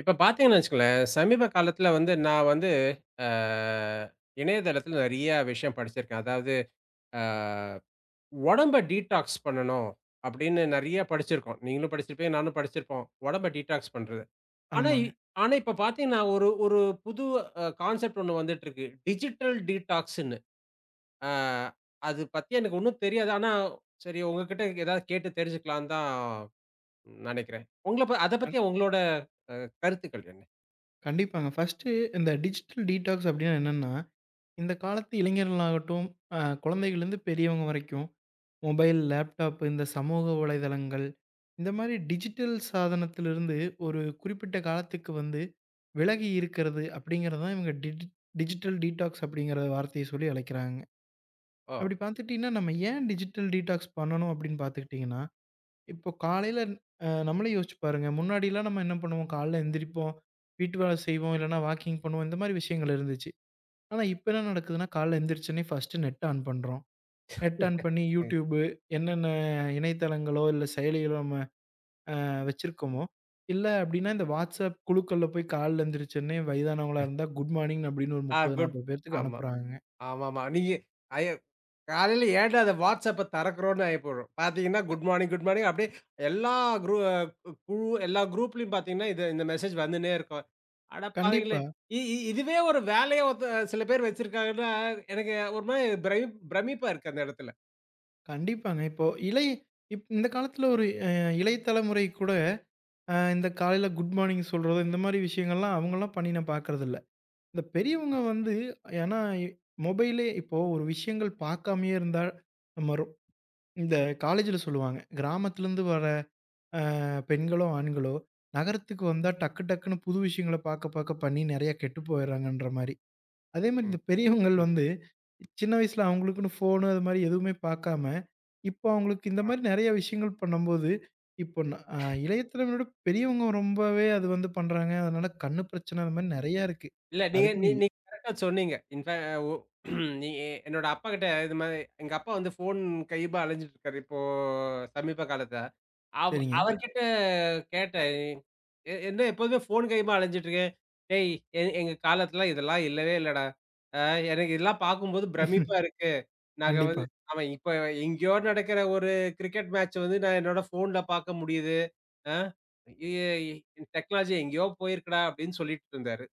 இப்ப பார்த்தீங்கன்னு வச்சுக்கோங்களேன், சமீப காலத்தில வந்து நான் வந்து அ இணையதளத்தில நெறைய விஷயம் படிச்சிருக்கேன். அதாவது அ "உடம்ப டீடாக்ஸ் பண்ணணும்" அப்படின்னு நெறைய படிச்சிருக்கோம். நீங்களும் படிச்சிருப்பீங்க, நானும் படிச்சிருப்போம். உடம்ப டீடாக்ஸ் பண்றது. ஆனா இ ஆமாங்க. ஆனா இப்ப பார்த்தீங்கன்னா, ஒரு ஒரு புது கான்செப்ட் ஒண்ணு வந்துட்டுருக்கு. டிஜிட்டல் டீடாக்ஸ்ன்னு. அ அது பத்தி எனக்கு ஒண்ணும் தெரியாது. ஆனா சரி உங்ககிட்ட ஏதாவது கேட்டு தெரிஞ்சுக்கலான்னு தான் நினைக்கிறேன். உங்கள ப அத கண் பத்தி உங்களோட அ கருத்துக்கள் என்ன? கண்டிப்பாங்க. ஃபர்ஸ்ட்டு இந்த டிஜிட்டல் டீடாக்ஸ் அப்டின்னா என்னன்னா, இந்த காலத்து இளைஞர்களாகட்டும், அ குழந்தைகள்லேருந்து பெரியவங்க வரைக்கும், மொபைல், லேப்டாப் இந்த சமூக வலைதளங்கள், இந்த மாரி டிஜிட்டல் சாதனத்திலிருந்து ஒரு குறிப்பிட்ட காலத்துக்கு வந்து விலகி இருக்கிறது அப்டிங்கிறது தான் இவங்க டிஜிட்டல் டீடாக்ஸ் அப்டிங்கிற வார்த்தைய சொல்லி அழைக்கிறாங்க. ஓ! அப்டி பார்த்துட்டீங்கன்னா, நம்ம ஏன் டிஜிட்டல் டீடாக்ஸ் பண்ணணும் அப்டின்னு பார்த்துக்கிட்டிங்கன்னா இப்போ காலையில நம்மளே யோசிச்சு பாருங்க. முன்னாடிலாம் நம்ம என்ன பண்ணுவோம், காலைல எந்திரிப்போம், வீட்டு வேலை செய்வோம், இல்லன்னா வாக்கிங் பண்ணுவோம். இந்த மாரி விஷயங்கள் இருந்துச்சு. ஆனா இப்ப என்ன நடக்குதுன்னா, காலைல எந்திரிச்சோனே ஃபர்ஸ்ட்டு நெட் ஆன் பண்றோம். நெட் ஆன் பண்ணி யூடியூபு என்னென்ன இணையதளங்களோ, இல்ல செயலிகளோ நம்ம வச்சிருக்கோமோ, இல்ல அப்டின்னா இந்த WhatsApp குழுக்கள்ல போய் காலைல எந்திரிச்சோனே வயதானவங்களா இருந்தா குட் மார்னிங் அப்டின்னு ஒரு ஆ 30, குட் 40 பேத்துக்கு ஆமா. அனுப்புறாங்க. ஆமாமா. நீங்க அய காலையில ஏன்டா அத WhatsAppஅ திறக்கிறோம்ன்னு ஆயி போயிடும். பார்த்தீங்கன்னா, குட் மார்னிங், குட் மார்னிங் அப்படியே எல்லா குரூ அ எல்லா குரூப்லயும் பார்த்தீங்கன்னா, இது இந்த மெசேஜ் வந்துன்னே இருக்கும். அட பாவிங்களே! கண்டிப்பா, இ இ இதுவே ஒரு வேலையா சில பேர் வச்சிருக்காங்கன்னா, எனக்கு ஒரு மாரி பிரமிப்பா இருக்கு அந்த இடத்துல. கண்டிப்பாங்க. இப்போ இளைய இப் இந்த காலத்துல ஒரு இளைய தலைமுறை கூட இந்த காலையில குட் மார்னிங் சொல்றது, இந்த மாரி விஷயங்கள்லாம் அவங்கலாம் பண்ணி நான் பார்க்கறதில்ல. இந்த பெரியவங்க வந்து ஏன்னா மொபைலே இப்போ ஒரு விஷயங்கள் பார்க்காமயே இருந்தா நம்ம ரொ இந்த காலேஜ்ல சொல்லுவாங்க. கிராமத்துலேருந்து வர அ பெண்களோ, ஆண்களோ நகரத்துக்கு வந்தா டக்கு டக்குன்னு புது விஷயங்கள பார்க்க பார்க்க பண்ணி நெறைய கெட்டு போயிடுறாங்கன்ற மாரி. அதே மாரி ம். இந்த பெரியவங்கள் ம். வந்து, சின்ன வயசுல அவங்களுக்குன்னு ஃபோனு அது மாரி எதுவுமே பார்க்காம, இப்போ அவங்களுக்கு இந்த மாரி நெறைய விஷயங்கள் பண்ணும்போது, இப்போ ந அ இளைய தலைமுறையோட பெரியவங்க ரொம்பவே அது வந்து பண்றாங்க. அதனால கண்ணு பிரச்சனை அது மாரி நெறையா இருக்கு. இல்ல நீங்க நீ அதுக்குன்னு நீங்க கரெக்ட்டா சொன்னீங்க. இன்ஃபே ஒ நீ என்னோட அப்பாகிட்ட இது மாரி எங்க அப்பா வந்து ஃபோன் கையுமா அலைஞ்சுட்டு இருக்காரு. இப்போ சமீப காலத்தா. சரிங்க. அவர்கிட்ட கேட்டேன். என்ன எப்போதுமே ஃபோன் கையுமா அலைஞ்சுட்டு இருக்க? டேய், எங்க காலத்துல இதெல்லாம் இல்லவே இல்லடா. அ எனக்கு இதெல்லாம் பார்க்கும்போது பிரமிப்பா இருக்கு. நாங்க கண்டிப்பா. வந்து" அவன் இப்ப எங்கேயோ நடக்கிற ஒரு கிரிக்கெட் மேட்ச் வந்து நான் என்னோட ஃபோன்ல பார்க்க முடியுது. அ எ டெக்னாலஜி எங்கேயோ போயிருக்குடா அப்படின்னு சொல்லிட்டு இருந்தாரு.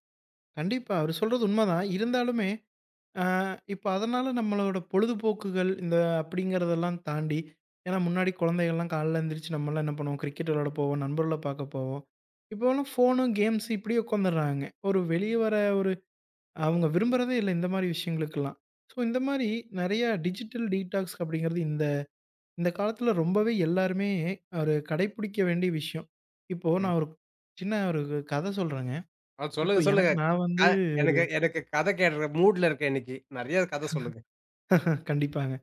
கண்டிப்பா. அவரு சொல்றது உண்மதான். இருந்தாலுமே ஆ இப்ப அதனால நம்மளோட பொழுதுபோக்குகள் இந்த அப்படிங்கிறதெல்லாம் தாண்டி ஏன்னா முன்னாடி குழந்தைகள்லாம் காலைல எந்திரிச்சு நம்மலாம் என்ன பண்ணுவோம்? கிரிக்கெட் விளையாட போவோம், நண்பர்கள பார்க்க போவோம். இப்போலாம் ஃபோனு, கேம்ஸ் இப்படியே உட்காந்துடுறாங்க. ஒரு வெளிய வர ஒரு அவங்க விரும்புறதே இல்ல இந்த மாரி விஷயங்களுக்கெல்லாம். ஸோ இந்த மாரி நெறையா டிஜிட்டல் டீடாக்ஸ் அப்படிங்கிறது இந்த இந்த காலத்துல ரொம்பவே எல்லாருமே ஒரு கடைப்பிடிக்க வேண்டிய விஷயம். இப்போ ம். நான் ஒரு சின்ன ஒரு கதை சொல்றேங்க. ஆ, இப்போ சொல்லுங்க, சொல்லுங்க. எனக்கு நான் க வந்து எனக்கு எனக்கு கத கேட்ற மூட்ல இருக்கேன் இன்னைக்கு. நெறைய கத சொல்லுங்க. கண்டிப்பாங்க.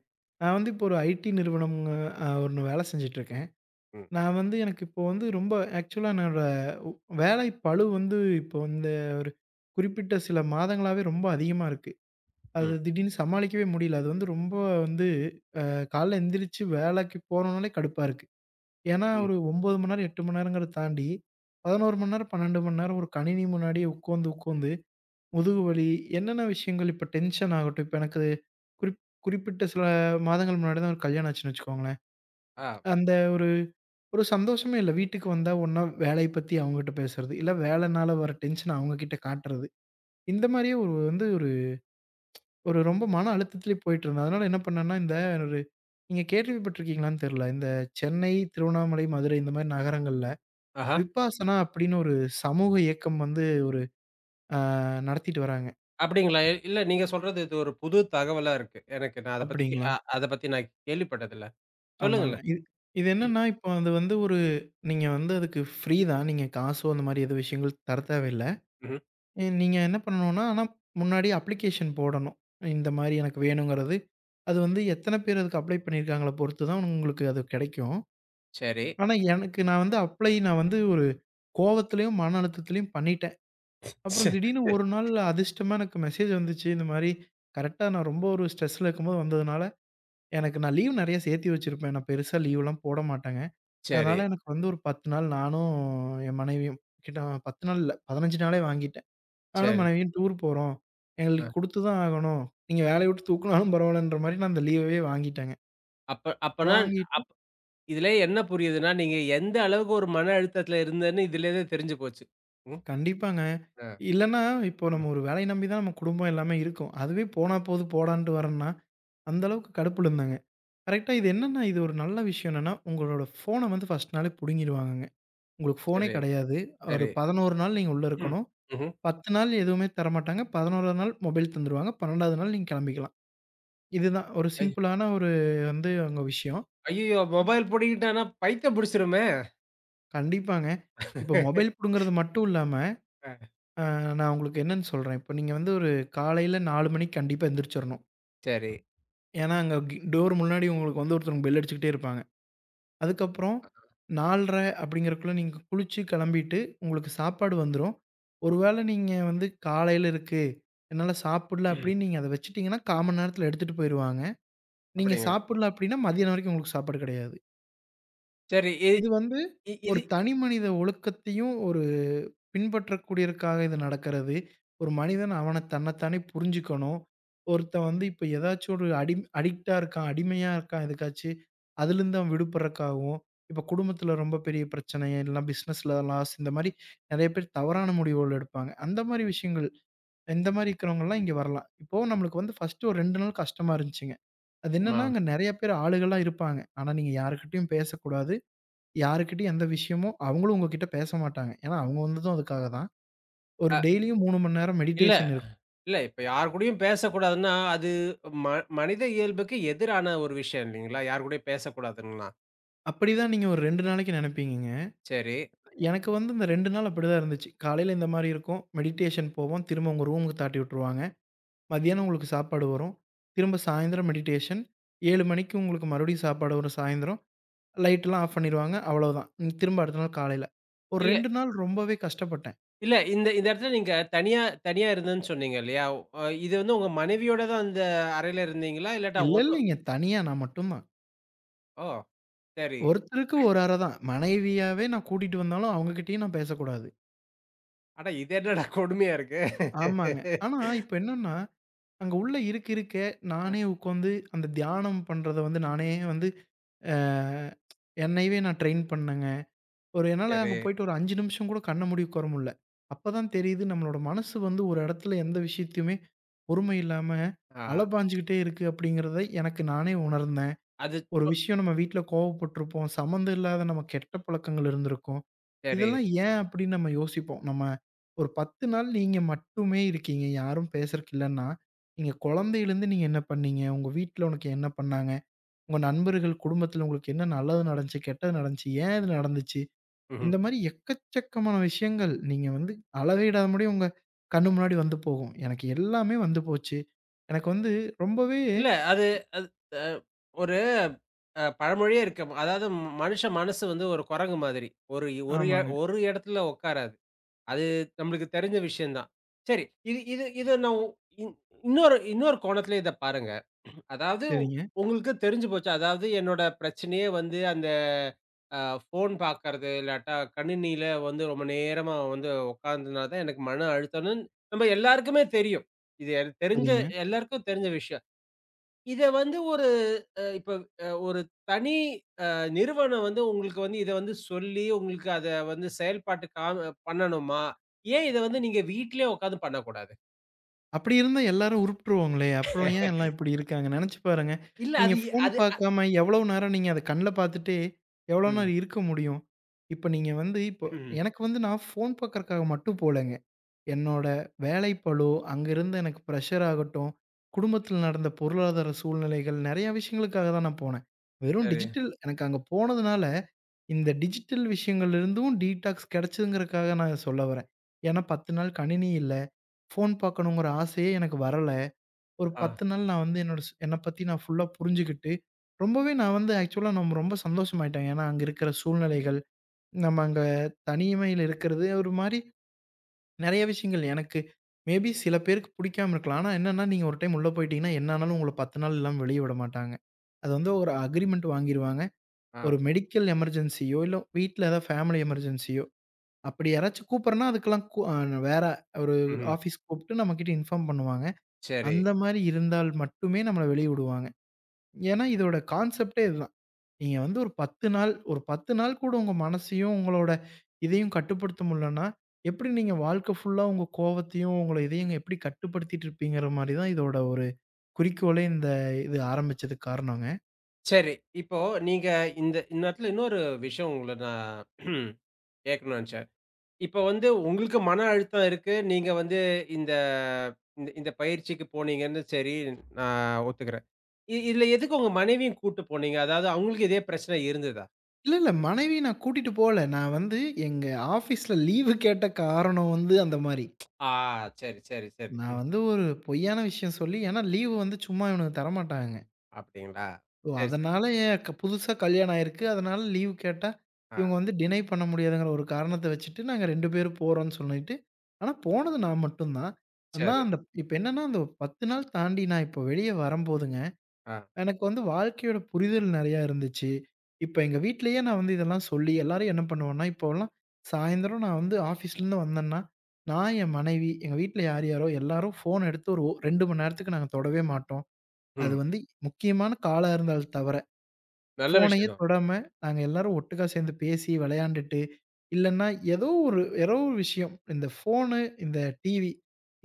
நான் வந்து இப்போ ஒரு ஐடி நிறுவனம் ஒண்ணு வேலை செஞ்சுட்டுருக்கேன். ம். நான் வந்து எனக்கு இப்போ வந்து ரொம்ப ஆக்சுவலா என்னோட உ வேலை பளு வந்து இப்போ இந்த ஒரு குறிப்பிட்ட சில மாதங்களாவே ரொம்ப அதிகமா இருக்கு. அது ம். திடீர்னு சமாளிக்கவே முடியல. அது வந்து ரொம்ப வந்து காலைல எந்திரிச்சு வேலைக்கு போறோனாலே கடுப்பா இருக்கு. ஏன்னா ம். ஒரு 9 மணி நேரம், 8 மணி நேரங்கிறத தாண்டி 11 மணி நேரம், 12 மணி நேரம் ஒரு கணினி முன்னாடியே உட்காந்து உட்காந்து முதுகு வலி என்னென்ன விஷயங்கள் இப்ப டென்ஷன் ஆகட்டும். இப்ப எனக்கு குறிப் குறிப்பிட்ட சில மாதங்கள் முன்னாடி தான் ஒரு கல்யாணம் ஆச்சுன்னு வச்சுக்கோங்களேன். ஆ. அந்த ஒரு ஒரு சந்தோஷமே இல்ல. வீட்டுக்கு வந்தா ஒண்ணா வேலைய பத்தி அவங்ககிட்ட பேசுறது, இல்ல வேலைனால வர டென்ஷன அவங்ககிட்ட காட்டுறது. இந்த மாரியே ஒரு வந்து ஒரு ஒரு ரொம்ப மன அழுத்தத்திலே போயிட்டுருந்தேன். அதனால என்ன பண்ணேன்னா, இந்த ஒரு நீங்க கேள்விப்பட்டுருக்கீங்களான்னு தெரியல. இந்த சென்னை, திருவண்ணாமலை, மதுரை இந்த மாரி நகரங்கள்ல ஆஹா. விபாசனா அப்படின்னு ஒரு சமூக இயக்கம் வந்து ஒரு அ நடத்திட்டு வராங்க. அப்படிங்களா? இல்ல நீங்க சொல்றது இது ஒரு புது தகவலா இருக்கு. எனக்கு நான் அப்படிங்களா? அத பத்தி நான் கேள்விப்பட்டதில்ல. ஆமாங்க. சொல்லுங்களேன். இது இது என்னன்னா, இப்போ அது வந்து ஒரு நீங்க வந்து அதுக்கு ஃப்ரீ தான். நீங்க காசோ அந்த மாரி எதுவும் விஷயங்கள் தர தேவையில்ல. ம்ஹ்ம். நீங்க என்ன பண்ணணும்னா, ஆனா முன்னாடி அப்ளிகேஷன் போடணும். இந்த மாரி எனக்கு வேணுங்கிறது. அது வந்து எத்தன பேர் அதுக்கு அப்ளை பண்ணியிருக்காங்கள பொறுத்து தான் உங்களுக்கு அது கிடைக்கும். சரி. ஆனா எனக்கு நான் வந்து அப்ளை நான் வந்து ஒரு கோவத்திலயும், மன அழுத்தத்திலயும் பண்ணிட்டேன். அப்புறம் சரி, திடீர்னு ஒரு நாள் அதிர்ஷ்டமா எனக்கு மெசேஜ் வந்துச்சு. இந்த மாரி கரெக்ட்டா நான் ரொம்ப ஒரு ஸ்ட்ரெஸ்ல இருக்கும்போது வந்ததுனால, எனக்கு நான் லீவ் நெறைய சேர்த்தி வச்சிருப்பேன். நான் பெருசா லீவ்லாம் போட மாட்டேங்க. சரி. அதனால எனக்கு வந்து ஒரு 10 நாள் நானும் என் மனைவியும் கிட்ட 10 நாள் இல்ல 15 நாளே வாங்கிட்டேன். நானும் சரி. மனைவியும் டூர் போறோம். அ எங்களுக்கு குடுத்து தான் ஆகணும். நீங்க வேலைய விட்டு தூக்குனாலும் பரவாயில்லன்ற மாரி நான் அந்த லீவவே வாங்கிட்டேங்க. அப்ப அப்பனா வாங்கிட்டு அப் இதுலே என்ன புரியுதுன்னா, நீங்க எந்த அளவுக்கு ஒரு மன அழுத்தத்துல இருந்தன்னு இதுலேருந்தே தெரிஞ்சு போச்சு. ம். கண்டிப்பாங்க. அ, இல்லன்னா இப்போ நம்ம ம். ஒரு வேலைய நம்பி தான் நம்ம குடும்பம் எல்லாமே இருக்கோம். அதுவே போனா போது போடான்ட்டு வர்றேன்னா, அந்த அளவுக்கு கடுப்புல இருந்தேங்க. கரெக்ட்டா இது என்னன்னா இது ஒரு நல்ல விஷயம் என்னன்னா, உங்களோட ஃபோன வந்து ஃபர்ஸ்ட் நாளே புடுங்கிடுவாங்கங்க. உங்களுக்கு ஃபோனே சரி, கெடையாது. ஒரு சரி. 11 நாள் நீங்க உள்ள ம். இருக்கணும். ம்ஹ்ம். 10 நாள் எதுவுமே தரமாட்டாங்க. 11ஆவது நாள் மொபைல் தந்துருவாங்க. 12வது நாள் நீங்க கிளம்பிக்கலாம். இதுதான் ஒரு ஐ சிம்பிளான ஒரு வந்து அங்க விஷயம். ஐயய்யோ! மொபைல் புடிங்கிட்டான்னா பைத்தியம் புடிச்சிருமே! கண்டிப்பாங்க. இப்போ மொபைல் புடுங்குறது மட்டும் இல்லாம, ஆ. அ நான் உங்களுக்கு என்னன்னு சொல்றேன். இப்போ நீங்க வந்து ஒரு காலையில 4 மணிக்கு கண்டிப்பா எந்திரிச்சிரணும். சரி. ஏன்னா, அங்க டோர் முன்னாடி உங்களுக்கு வந்து ஒருத்தவங்க பெல் அடிச்சுக்கிட்டே இருப்பாங்க. அதுக்கப்புறம் 4:30 அப்படிங்கிறதுக்குள்ள நீங்க குளிச்சு கிளம்பிட்டு, உங்களுக்கு சாப்பாடு வந்துரும். ஒரு வேள நீங்க வந்து காலையில இருக்கு, என்னால சாப்பிடல ம். அப்படின்னு நீங்க அத வச்சுட்டீங்கன்னா, 1/4 மணி நேரத்தில எடுத்துட்டு போயிருவாங்க. நீங்க அப்படிங்களா? சாப்பிடல அப்படின்னா, மதியானம் வரைக்கும் உங்களுக்கு சாப்பாடு கிடையாது. சரி. இ இது வந்து இ ஒரு இது தனி மனித ஒழுக்கத்தையும் ஒரு பின்பற்றக்கூடியதற்காக இது நடக்கிறது. ஒரு மனிதன் அவன தன்னைத்தானே புரிஞ்சுக்கணும். ஒருத்தன் வந்து இப்ப ஏதாச்சும் ஒரு அடிக்ட்டா இருக்கான், அடிமையா இருக்கான் எதுக்காச்சு, அதுலேருந்து அவன் விடுபடுறக்காகவும், இப்ப குடும்பத்தில ரொம்ப பெரிய பிரச்சனை, இல்லனா பிசினஸ்ல லாஸ் இந்த மாரி நெறைய பேர் தவறான முடிவுகள் எடுப்பாங்க. அந்த மாரி விஷயங்கள் இந்த மாரி இருக்கிறவங்கலாம் இங்க வரலாம். இப்போ நம்மளுக்கு வந்து ஃபர்ஸ்ட்டு ஒரு 2 நாள் கஷ்டமா இருந்துச்சுங்க. அது ஆமா. என்னன்னா, அங்க நெறைய பேர் ஆளுகளா இருப்பாங்க. ஆனா, நீங்க யார்கிட்டயும் பேசக்கூடாது. யார்கிட்டயும் எந்த விஷயமும் அவங்களும் உங்ககிட்ட பேச மாட்டாங்க. ஏன்னா, அவங்க வந்ததும் அதுக்காக தான். ஒரு அ டெய்லியும் 3 மணி நேரம் இல்ல, மெடிடேஷன் இருக்கும். இல்ல. இப்ப யார் கூடயும் பேசக்கூடாதுன்னா, அது ம மனித இயல்புக்கு எதிரான ஒரு விஷயம் இல்லைங்களா? யார் கூடயும் பேசக்கூடாதுன்லாம். அப்படிதான் நீங்க ஒரு 2 நாளைக்கு நெனைப்பீங்கங்க. சரி. எனக்கு வந்து இந்த 2 நாள் அப்படிதான் இருந்துச்சு. காலையில இந்த மாரி இருக்கும். மெடிடேஷன் போவோம். திரும்ப உங்க ரூமுக்கு தாட்டி விட்டுருவாங்க. மதியானம் உங்களுக்கு சாப்பாடு வரும். திரும்ப சாயந்தரம் மெடிடேஷன். 7 மணிக்கு உங்களுக்கு மறுபடியும் சாப்பாடு வரும் சாயந்தரம். லைட்லாம் ஆஃப் பண்ணிருவாங்க. அவ்வளோதான். ம் திரும்ப அடுத்த நாள் காலையில. ஒரு இல்ல, 2 நாள் ரொம்பவே கஷ்டப்பட்டேன். இல்ல. இந்த இந்த இடத்துல நீங்க தனியா தனியா இருந்தேன்னு சொன்னீங்க இல்லையா? இது வந்து உங்க மனைவியோட தான் அந்த அறையில இருந்தீங்களா? இல்லாட்டா இல்ல, ஒத்த இல்லைங்க. தனியா நான் மட்டும்தான். ஓ! சரி. ஒருத்தருக்கு ஒரு அறை தான். மனைவியாவே நான் கூட்டிட்டு வந்தாலும் அவங்ககிட்டயும் நான் பேசக்கூடாது. அட இது என்னடா கொடுமையா இருக்கு. ஆமாங்க. ஆனா, இப்ப என்னன்னா, அங்க உள்ள இருக்க இருக்க நானே உட்காந்து அந்த தியானம் பண்றத வந்து நானே வந்து அ என்னையவே நான் ட்ரெயின் பண்ணேங்க. ஒரு என்னால அங்க சரி. போயிட்டு ஒரு 5 நிமிஷம் கூட கண்ண மூடி உட்கார முடியல. அப்பதான் தெரியுது நம்மளோட மனசு வந்து ஒரு இடத்துல எந்த விஷயத்தையுமே பொறுமை இல்லாம ஆ அலப்பாஞ்சுகிட்டே இருக்கு அப்படிங்கிறத எனக்கு நானே உணர்ந்தேன். அது ஒரு சொ விஷயம் நம்ம வீட்ல கோவப்பட்டுருப்போம். சம்மந்தம் இல்லாத நம்ம கெட்ட பழக்கங்கள் இருந்திருக்கும். சரி. இதெல்லாம் ஏன் அப்படின்னு நம்ம யோசிப்போம். நம்ம ஒரு 10 நாள் நீங்க மட்டுமே இருக்கீங்க. யாரும் பேசுறக்கு இல்லன்னா, நீங்க குழந்தையிலேருந்து நீங்க என்ன பண்ணீங்க? உங்க வீட்ல உனக்கு என்ன பண்ணாங்க? உங்க நண்பர்கள், குடும்பத்தில உங்களுக்கு என்ன நல்லது நடந்துச்சு? கெட்டது நடந்துச்சு? ஏன் இது நடந்துச்சு? ம்ஹ்ம். இந்த மாரி எக்கச்சக்கமான விஷயங்கள் நீங்க வந்து அளவிடாத முடியும் உங்க கண்ணு முன்னாடி வந்து போகும். எனக்கு எல்லாமே வந்து போச்சு. எனக்கு வந்து ரொம்பவே இல்ல. அது அது அ ஒரு அ பழமொழியே இருக்கு. அதாவது மனுஷ மனசு வந்து ஒரு குரங்கு மாதிரி. ஒரு ஒரு எ ஆமாங்க. ஒரு இடத்துல உட்காராது. அது நம்மளுக்கு தெரிஞ்ச விஷயம் தான். சரி, இது இது இத நான் உ இன் இன்னொரு இன்னொரு கோணத்துல இத பாருங்க. அதாவது சரிங்க, உங்களுக்கு தெரிஞ்சு போச்சு. அதாவது என்னோட பிரச்சனையே வந்து அந்த அ ஃபோன் பார்க்கறது, இல்லாட்டா கணினியில வந்து ரொம்ப நேரமா வந்து உட்கார்ந்ததுனால தான் எனக்கு மன அழுத்தம்ன்னு நம்ம எல்லாருக்குமே தெரியும். இது எனக்கு தெரிஞ்ச சரிங்க. எல்லாருக்கும் தெரிஞ்ச விஷயம். இத வந்து ஒரு அ இப்ப அ ஒரு தனி அ நிறுவனம் வந்து உங்களுக்கு வந்து இத வந்து சொல்லி, உங்களுக்கு அத வந்து செயல்பாட்டு காம பண்ணணுமா? ஏன் இத வந்து நீங்க வீட்லயே உட்காந்து பண்ணக்கூடாது? அப்படி இருந்தா எல்லாரும் உருப்ட்டுருவோங்களே! அப்புறம் ஏன் எல்லாம் இப்படி இருக்காங்க? நெனச்சு பாருங்க. இல்ல நீங்க அது எ ஃபோன் அது பார்க்காம எவ்வளோ நேரம் நீங்க அத கண்ல பார்த்துட்டே எவ்வளோ ம். நேரம் இருக்க முடியும்? இப்ப நீங்க வந்து இப்போ ம். எனக்கு வந்து நான் ஃபோன் பார்க்கறக்காக மட்டும் போலங்க. என்னோட வேலைப்பளு, அங்கிருந்து எனக்கு பிரஷர் ஆகட்டும், குடும்பத்தில் நடந்த பொருளாதார சூழ்நிலைகள் நெறைய விஷயங்களுக்காக தான் நான் போனேன். வெறும் சரி. டிஜிட்டல் எனக்கு அங்க போனதுனால, இந்த டிஜிட்டல் விஷயங்கள்ல இருந்தும் டீடாக்ஸ் கெடைச்சதுங்கிறக்காக நான் இத சொல்ல வரேன். ஏன்னா 10 நாள் கணினி இல்ல. ஃபோன் பார்க்கணுங்கிற ஆசையே எனக்கு வரல. ஒரு ஆ. 10 நாள் நான் வந்து என்னோட என்ன பத்தி நான் ஃபுல்லா புரிஞ்சுகிட்டு, ரொம்பவே நான் வந்து ஆக்சுவலா நம்ம ரொம்ப சந்தோஷமாயிட்டேன். ஏன்னா, அங்க இருக்கிற சூழ்நிலைகள், நம்ம அங்க தனிமையில இருக்கிறது, ஒரு மாரி நெறைய விஷயங்கள் எனக்கு மேபி சில பேருக்கு புடிக்காம இருக்கலாம். ஆனா என்னன்னா, நீங்க ஒரு டைம் உள்ள போயிட்டீங்கன்னா, என்ன ஆனாலும் உங்கள 10 நாள் இல்லாம வெளிய விட மாட்டாங்க. அது வந்து ஒரு அக்ரீமெண்ட் வாங்கிருவாங்க. ஆ. ஒரு மெடிக்கல் எமர்ஜென்சியோ, இல்ல வீட்ல ஏதாவது ஃபேமிலி எமர்ஜென்சியோ, அப்படி யாராச்சும் கூப்பிடுறனா, அதுக்கெல்லாம் கூ அ வேற ஒரு ம்ஹ்ம். ஆஃபீஸ் கூப்பிட்டு நம்மகிட்ட இன்ஃபார்ம் பண்ணுவாங்க. சரி, அந்த மாரி இருந்தால் மட்டுமே நம்மள வெளிய விடுவாங்க. ஏன்னா, இதோட கான்செப்ட்டே இதுதான். நீங்க வந்து ஒரு 10 நாள், ஒரு 10 நாள் கூட உங்க மனசையும், உங்களோட இதையும் கட்டுப்படுத்த முடியலன்னா, எப்படி நீங்க வாழ்க்கை ஃபுல்லா உங்க கோவத்தையும், உங்கள இதையும் எப்படி கட்டுப்படுத்திட்டு இருப்பீங்கிற மாரி தான் இதோட ஒரு குறிக்கோளே இந்த இது ஆரம்பிச்சதுக்கு காரணங்க. சரி. இப்போ நீங்க இந்த இந்த இடத்துல இன்னொரு விஷயம் உங்கள நான் கேட்கணும்னு நெனச்சேன். இப்ப வந்து உங்களுக்கு மன அழுத்தம் இருக்கு. நீங்க வந்து இந்த இந்த இந்த பயிற்சிக்கு போனீங்கன்னு சரி, நான் ஒத்துக்கிறேன். இதுல எதுக்கு உங்க மனைவியும் கூட்டு போனீங்க? அதாவது அவங்களுக்கு இதே பிரச்சனை இருந்ததா? இல்ல, இல்ல. மனைவிய நான் கூட்டிட்டு போல. நான் வந்து எங்க ஆஃபீஸ்ல லீவு கேட்ட காரணம் வந்து அந்த மாரி. ஆ. சரி, சரி, சரி. நான் ம். வந்து ஒரு பொய்யான விஷயம் சொல்லி ஏன்னா லீவு வந்து சும்மா இவனுங்க தரமாட்டாங்க. அப்படிங்களா? ஓ! சரி, சரி. அதனால ஏன் புதுசா கல்யாணம் ஆயிருக்கு. அதனால லீவ் கேட்டா, ஆ. இவங்க வந்து டினை பண்ண முடியாதுங்கிற ஒரு காரணத்த வச்சுட்டு, நாங்க 2 பேரும் போறோம்ன்னு சொல்லிட்டு, ஆனா போனது நான் மட்டும் தான். ஆனா சரி. அந்த இப்ப என்னன்னா, அந்த 10 நாள் தாண்டி நான் இப்ப வெளிய வரம்போதுங்க, ஆ. எனக்கு வந்து வாழ்க்கையோட புரிதல் நெறையா இருந்துச்சு. இப்ப எங்க வீட்லயே நான் வந்து இதெல்லாம் சொல்லி எல்லாரும் என்ன பண்ணுவோம்னா, இப்போலாம் சாயந்தரம் நான் வந்து ஆஃபீஸ்லேருந்து வந்தேன்னா, நான் என் மனைவி, எங்க வீட்ல யார் யாரோ எல்லாரும் ஃபோன் எடுத்து ஒரு 2 மணி நேரத்துக்கு நாங்க தொடவே மாட்டோம். அது ம். வந்து முக்கியமான காலா இருந்தால் தவிர. நல்ல ஃபோனையே விஷயம் தான். தொடாம, நாங்க எல்லாரும் ஒட்டுக்கா சேர்ந்து பேசி, விளையாண்டுட்டு, இல்லன்னா ஏதோ ஒரு ஏதோ ஒரு விஷயம். இந்த ஃபோனு, இந்த டிவி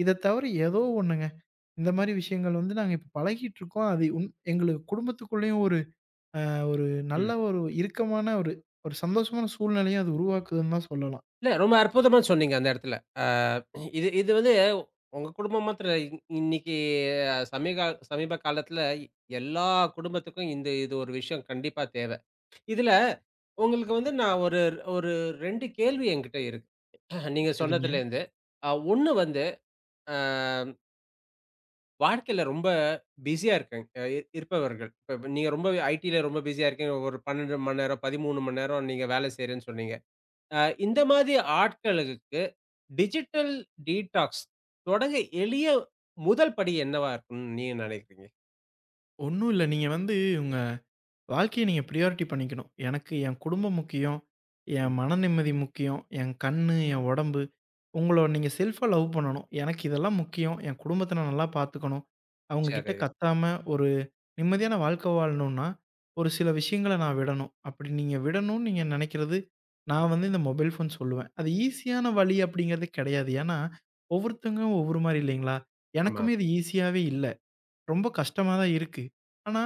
இத தவிர ஏதோ ஒண்ணுங்க. இந்த மாரி விஷயங்கள் வந்து நாங்க இப்ப பழகிட்டுருக்கோம். அது உன் எங்களுக்கு குடும்பத்துக்குள்ளேயும் ஒரு அ ஒரு நல்ல ம். ஒரு இறுக்கமான ஒரு ஒரு சந்தோஷமான சூழ்நிலையும் அது உருவாக்குதுன்னு தான் சொல்லலாம். இல்ல ரொம்ப அற்புதமா சொன்னீங்க அந்த இடத்துல. ஆ, இது இது வந்து உங்க குடும்பம் மாத்திரம் இல்ல. இன்னைக்கு சமீக சமீப காலத்துல எல்லா குடும்பத்துக்கும் இந்த இது ஒரு விஷயம் கண்டிப்பா தேவ. இதுல உங்களுக்கு வந்து நான் ஒரு ஒரு 2 கேள்வி என்கிட்ட இருக்கு. நீங்க சரிங்க. சொன்னதுலேருந்து. 1 வந்து அ வாழ்க்கையில ரொம்ப பிஸியா இருக்கேன் இருப்பவர்கள். இப்ப இப்ப நீங்க ரொம்ப ஐடில ரொம்ப பிஸியா இருக்கீங்க. ஒரு 12 மணி நேரம், 13 மணி நேரம் நீங்க வேலை செய்றேன்னு சொன்னீங்க. அ இந்த மாதிரி ஆட்களுக்கு டிஜிட்டல் டீடாக்ஸ் தொடங்க எளிய முதல் படி என்னவா இருக்கும்னு நீங்க நினைக்கிறீங்க? ஒண்ணும் இல்ல. நீங்க வந்து உங்க வாழ்க்கைய நீங்க பிரையாரிட்டி பண்ணிக்கணும். எனக்கு என் குடும்பம் முக்கியம். என் ம். மன நிம்மதி முக்கியம். என் கண்ணு, என் உடம்பு. உங்கள நீங்க செல்ஃபா லவ் பண்ணணும். எனக்கு இதெல்லாம் முக்கியம். என் குடும்பத்த நான் நல்லா பார்த்துக்கணும். அவங்க கிட்ட சரி. கத்தாம ஒரு நிம்மதியான வாழ்க்கை வாழணும்னா, ஒரு சில விஷயங்கள நான் விடணும். அப்படி நீங்க விடணும்னு நீங்க நினைக்கிறது, நான் வந்து இந்த மொபைல் ஃபோன் சொல்லுவேன். அது ஈஸியான வழி அப்படிங்கிறது கிடையாது. ஏன்னா, ஒவ்வொருத்தங்க ஒவ்வொரு மாரி இல்லைங்களா? ஆமா. எனக்குமே இது ஈஸியாவே இல்ல. ரொம்ப கஷ்டமா தான் இருக்கு. ஆனா,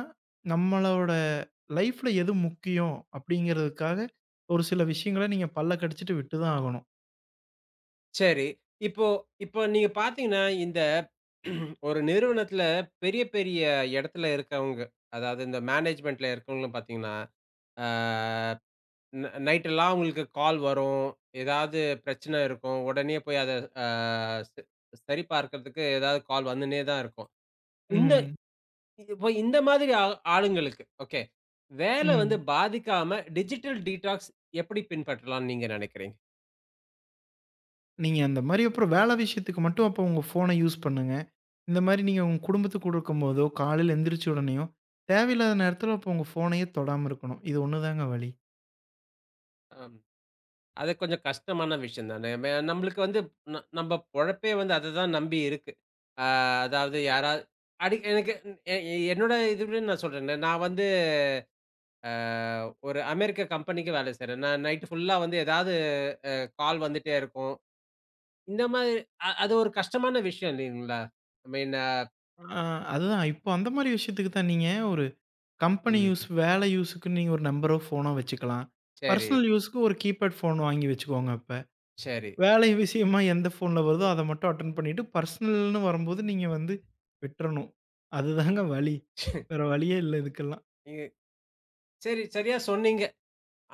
நம்மளோட லைஃப்ல எது முக்கியம் அப்படிங்கிறதுக்காக, ஒரு சில விஷயங்கள நீங்க பல்ல கடிச்சுட்டு விட்டு தான் ஆகணும். சரி. இப்போ இப்போ நீங்க பார்த்தீங்கன்னா, இந்த ஒரு நிறுவனத்தில பெரிய, பெரிய இடத்துல இருக்கவங்க, அதாவது இந்த மேனேஜ்மென்ட்ல இருக்கவங்கலாம் பார்த்தீங்கன்னா, ஆ, நைட்டெல்லாம் அவங்களுக்கு கால் வரும். ஏதாவது பிரச்சனை இருக்கும். உடனே போய் அத ஆ ச சரி பார்க்கிறதுக்கு ஏதாவது கால் வந்துன்னே தான் இருக்கும். இந்த ம். இந்த மாதிரி ஆளுங்களுக்கு, ஓகே. வேலை வந்து ம். பாதிக்காம டிஜிட்டல் டீடாக்ஸ் எப்படி பின்பற்றலாம்னு நீங்க நினைக்கிறீங்க? நீங்க அந்த மாரி அப்புறம் வேல விஷயத்துக்கு மட்டும் அப்போ உங்க ஃபோன யூஸ் பண்ணுங்க. இந்த மாரி நீங்க உங்க குடும்பத்துக்கு கூட இருக்கும்போதோ, காலையில எந்திரிச்ச உடனேயோ, தேவையில்லாத நேரத்தில அப்போ உங்க ஃபோனையே தொடாம இருக்கணும். இது ஒண்ணுதாங்க வழி. அ. அது கொஞ்சம் கஷ்டமான விஷயம் தானே. மே நம்மளுக்கு வந்து நம்ப பொழப்பே வந்து அத தான் நம்பி இருக்கு. அ அதாவது யாராவது அடி எனக்கு எ எ- என்னோட இதுவே நான் சொல்றேனே, நான் வந்து அ ஒரு அமெரிக்க கம்பெனிக்கு வேலை செய்றேன். நான் நைட் ஃபுல்லா வந்து ஏதாவது கால் வந்துட்டே இருக்கும். இந்த மாதிரி அது ஒரு கஷ்டமான விஷயம் இல்லைங்களா? ஐ மீன். ஆ அதுதான். இப்போ அந்த மாரி விஷயத்துக்கு தான் நீங்க ஒரு கம்பெனி யூஸ், ம். வேலை யூஸுக்கு நீங்க ஒரு நம்பரோ, ஃபோனோ வச்சுக்கலாம். சரி, பர்சனல் யூஸுக்கு ஒரு கீபேட் ஃபோன் வாங்கி வச்சுக்கோங்க அப்ப. சரி. வேலை விஷயமா எந்த ஃபோன்ல வருதோ அத மட்டும் அட்டெண்ட் பண்ணிட்டு, பர்சனல்னு வரும்போது நீங்க வந்து விட்றணும். அதுதாங்க வழி. வேற வழியே இல்ல இதுக்கெல்லாம். நீங்க சரி, சரியா சொன்னீங்க.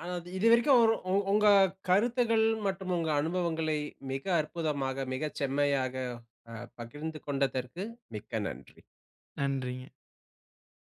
ஆனா, அது இதுவரைக்கும் ஒரு உங்க கருத்துகள் மற்றும் உங்க அனுபவங்களை மிக அற்புதமாக, மிக செம்மையாக பகிர்ந்து கொண்டதற்கு மிக்க நன்றி. நன்றிங்க.